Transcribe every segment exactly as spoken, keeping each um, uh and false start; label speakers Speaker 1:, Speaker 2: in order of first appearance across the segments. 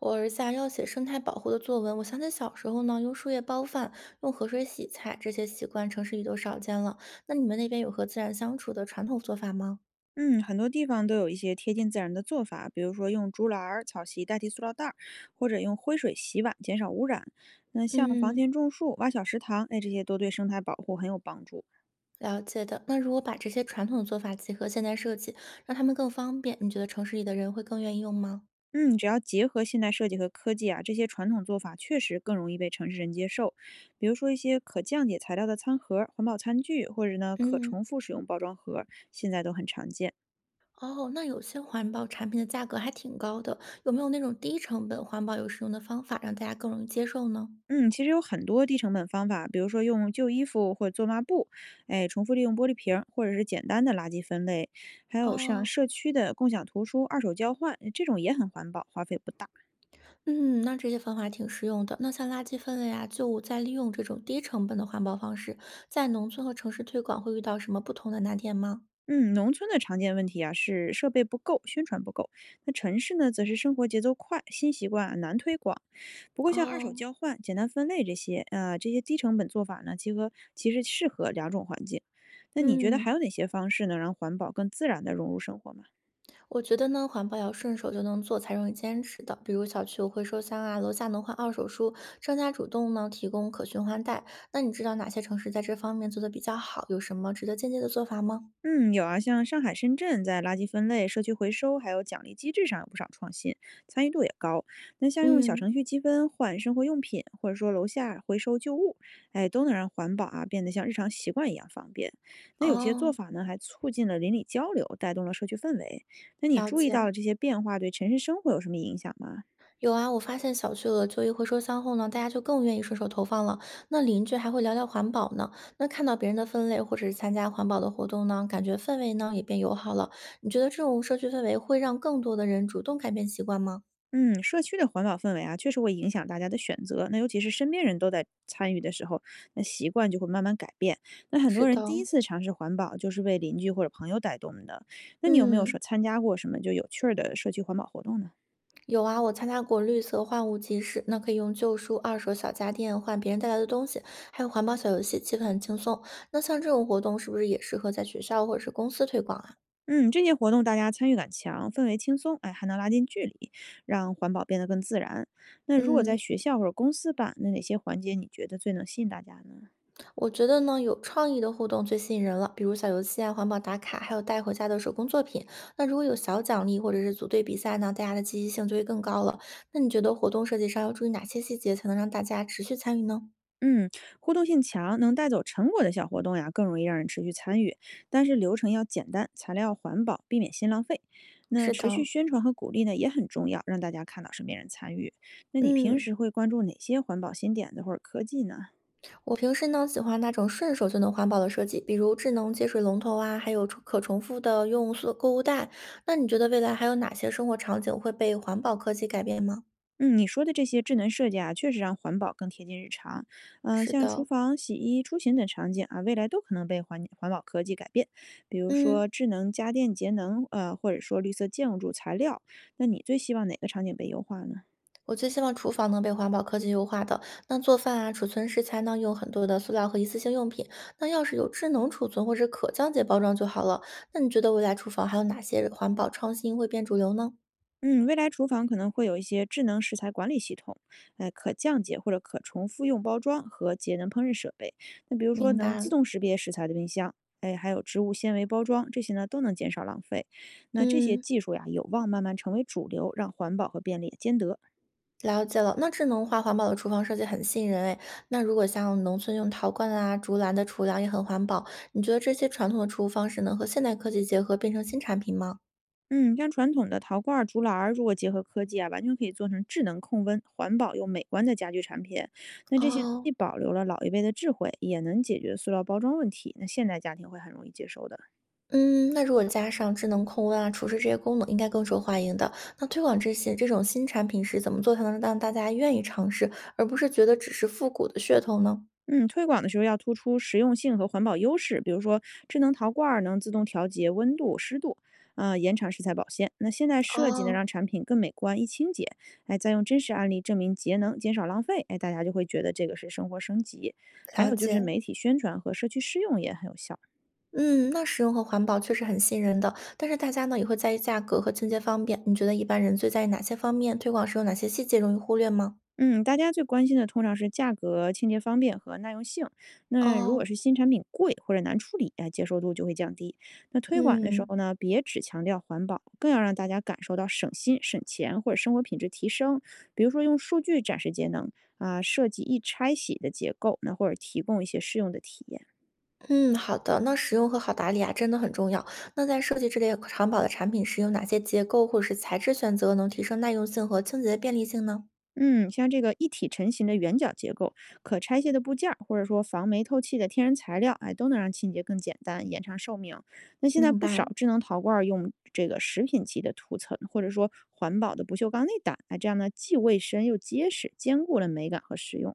Speaker 1: 我儿子啊要写生态保护的作文，我想起小时候呢，用树叶包饭，用河水洗菜，这些习惯城市里都少见了。那你们那边有和自然相处的传统做法吗？
Speaker 2: 嗯，很多地方都有一些贴近自然的做法，比如说用竹篮儿、草席代替塑料袋儿，或者用灰水洗碗，减少污染。那像房
Speaker 1: 嗯，
Speaker 2: 前种树、挖小池塘，哎，这些都对生态保护很有帮助。
Speaker 1: 了解的。那如果把这些传统做法结合现代设计，让他们更方便，你觉得城市里的人会更愿意用吗？
Speaker 2: 嗯，只要结合现代设计和科技啊，这些传统做法确实更容易被城市人接受。比如说一些可降解材料的餐盒、环保餐具，或者呢可
Speaker 1: 嗯，
Speaker 2: 重复使用包装盒，现在都很常见。
Speaker 1: 哦，那有些环保产品的价格还挺高的，有没有那种低成本环保又实用的方法，让大家更容易接受呢？
Speaker 2: 嗯，其实有很多低成本方法，比如说用旧衣服或者做抹布，哎，重复利用玻璃瓶儿，或者是简单的垃圾分类，还有像
Speaker 1: 哦，
Speaker 2: 社区的共享图书、二手交换，这种也很环保，花费不大。
Speaker 1: 嗯，那这些方法挺实用的。那像垃圾分类啊、旧物再利用这种低成本的环保方式，在农村和城市推广会遇到什么不同的难点吗？
Speaker 2: 嗯，农村的常见问题啊是设备不够，宣传不够。那城市呢，则是生活节奏快，新习惯啊难推广。不过像二手
Speaker 1: 哦，
Speaker 2: 交换、简单分类这些，呃，这些低成本做法呢，其合其实适合两种环境。那你觉得还有
Speaker 1: 嗯，
Speaker 2: 哪些方式能让环保更自然的融入生活吗？
Speaker 1: 我觉得呢，环保要顺手就能做，才容易坚持的。比如小区有回收箱啊，楼下能换二手书，商家主动呢提供可循环袋。那你知道哪些城市在这方面做的比较好？有什么值得借鉴的做法吗？
Speaker 2: 嗯，有啊，像上海、深圳在垃圾分类、社区回收还有奖励机制上有不少创新，参与度也高。那像用小
Speaker 1: 嗯，
Speaker 2: 程序积分换生活用品，或者说楼下回收旧物，哎，都能让环保啊变得像日常习惯一样方便。那有些做
Speaker 1: 哦，
Speaker 2: 法呢，还促进了邻里交流，带动了社区氛围。那你
Speaker 1: 了
Speaker 2: 注意到了
Speaker 1: 解。
Speaker 2: 这些变化对城市生活有什么影响吗？
Speaker 1: 有啊，我发现小区有了旧衣回收箱后呢，大家就更愿意顺手投放了。那邻居还会聊聊环保呢。那看到别人的分类或者是参加环保的活动呢，感觉氛围呢也变友好了。你觉得这种社区氛围会让更多的人主动改变习惯吗？
Speaker 2: 嗯，社区的环保氛围啊，确实会影响大家的选择。那尤其是身边人都在参与的时候，那习惯就会慢慢改变。那很
Speaker 1: 是
Speaker 2: 多人
Speaker 1: 的，
Speaker 2: 第一次尝试环保，就是被邻居或者朋友带动的。那你有没有
Speaker 1: 嗯，
Speaker 2: 说参加过什么就有趣儿的社区环保活动呢？
Speaker 1: 有啊，我参加过绿色换物集市，那可以用旧书、二手小家电换别人带来的东西，还有环保小游戏，气氛很轻松。那像这种活动是不是也适合在学校或者是公司推广啊？
Speaker 2: 嗯，这些活动大家参与感强，氛围轻松，哎，还能拉近距离，让环保变得更自然。那如果在
Speaker 1: 嗯。
Speaker 2: 学校或者公司办，那哪些环节你觉得最能吸引大家呢？
Speaker 1: 我觉得呢，有创意的互动最吸引人了，比如小游戏啊、环保打卡，还有带回家的手工作品。那如果有小奖励或者是组队比赛呢，大家的积极性就会更高了。那你觉得活动设计上要注意哪些细节，才能让大家持续参与呢？
Speaker 2: 嗯，互动性强、能带走成果的小活动呀，更容易让人持续参与。但是流程要简单，材料要环保，避免新浪费。那
Speaker 1: 是
Speaker 2: 持续
Speaker 1: 的，
Speaker 2: 宣传和鼓励呢也很重要，让大家看到身边人参与。那你平
Speaker 1: 嗯，
Speaker 2: 时会关注哪些环保新点子或者科技呢？
Speaker 1: 我平时呢喜欢那种顺手就能环保的设计，比如智能接水龙头啊，还有重可重复的用塑购物袋。那你觉得未来还有哪些生活场景会被环保科技改变吗？
Speaker 2: 嗯，你说的这些智能设计啊，确实让环保更贴近日常。嗯、
Speaker 1: 是
Speaker 2: 像厨
Speaker 1: 的，
Speaker 2: 房、洗衣、出行等场景啊，未来都可能被环环保科技改变。比如说
Speaker 1: 嗯。
Speaker 2: 智能家电节能，呃，或者说绿色建筑材料。那你最希望哪个场景被优化呢？
Speaker 1: 我最希望厨房能被环保科技优化的。那做饭啊，储存食材呢，用很多的塑料和一次性用品。那要是有智能储存或者可降解包装就好了。那你觉得未来厨房还有哪些环保创新会变主流呢？
Speaker 2: 嗯，未来厨房可能会有一些智能食材管理系统，呃，可降解或者可重复用包装和节能烹饪设备。那比如说
Speaker 1: 明
Speaker 2: 能自
Speaker 1: 白，
Speaker 2: 动识别食材的冰箱，哎，还有植物纤维包装，这些呢都能减少浪费。那这些
Speaker 1: 嗯，
Speaker 2: 技术呀，有望慢慢成为主流，让环保和便利兼得。
Speaker 1: 了解了。那智能化环保的厨房设计很吸引人诶。那如果像农村用陶罐啊、竹篮的厨梁也很环保，你觉得这些传统的厨方式能和现代科技结合变成新产品吗？
Speaker 2: 嗯，像传统的陶罐儿、竹篮儿，如果结合科技啊，完全可以做成智能控温、环保又美观的家居产品。那这些
Speaker 1: 哦，
Speaker 2: 既保留了老一辈的智慧，也能解决塑料包装问题，那现代家庭会很容易接受的。
Speaker 1: 嗯，那如果加上智能控温啊、除湿这些功能，应该更受欢迎的。那推广这些这种新产品时，怎么做才能让大家愿意尝试，而不是觉得只是复古的噱头呢？
Speaker 2: 嗯，推广的时候要突出实用性和环保优势，比如说智能陶罐儿能自动调节温度、湿度，呃，延长食材保鲜。那现在设计呢，让
Speaker 1: 哦，
Speaker 2: 产品更美观、易清洁，哎，再用真实案例证明节能、减少浪费，哎，大家就会觉得这个是生活升级。还
Speaker 1: 了
Speaker 2: 有就是
Speaker 1: 解，
Speaker 2: 媒体宣传和社区试用也很有效。
Speaker 1: 嗯嗯那实用和环保确实很吸引人的，但是大家呢也会在意价格和清洁方便。你觉得一般人最在意哪些方面？推广时有哪些细节容易忽略吗？
Speaker 2: 嗯，大家最关心的通常是价格、清洁方便和耐用性。那如果
Speaker 1: 哦，
Speaker 2: 是新产品贵或者难处理，哎，接受度就会降低。那推广的时
Speaker 1: 嗯，
Speaker 2: 候呢，别只强调环保，更要让大家感受到省心、省钱或者生活品质提升。比如说用数据展示节能啊、设计易拆洗的结构，那或者提供一些适用的体验。
Speaker 1: 嗯，好的。那实用和好打理啊，真的很重要。那在设计这类环保的产品时，有哪些结构或者是材质选择能提升耐用性和清洁的便利性呢？
Speaker 2: 嗯，像这个一体成型的圆角结构、可拆卸的部件儿，或者说防霉透气的天然材料，哎，都能让清洁更简单，延长寿命。那现在
Speaker 1: 明
Speaker 2: 不
Speaker 1: 白。
Speaker 2: 少智能陶罐儿用这个食品级的涂层，或者说环保的不锈钢内胆，哎，这样呢既卫生又结实，兼顾了美感和实用。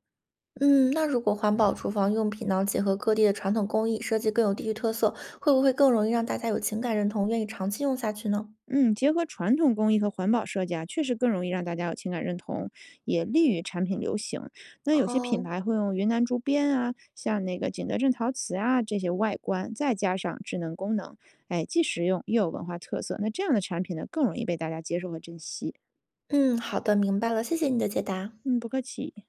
Speaker 1: 嗯，那如果环保厨房用品呢，结合各地的传统工艺，设计更有地域特色，会不会更容易让大家有情感认同，愿意长期用下去呢？
Speaker 2: 嗯，结合传统工艺和环保设计啊，确实更容易让大家有情感认同，也利于产品流行。那有些品
Speaker 1: 哦，
Speaker 2: 牌会用云南竹编啊，像那个景德镇陶瓷啊这些外观，再加上智能功能，哎，既实用又有文化特色。那这样的产品呢，更容易被大家接受和珍惜。
Speaker 1: 嗯，好的，明白了，谢谢你的解答。
Speaker 2: 嗯，不客气。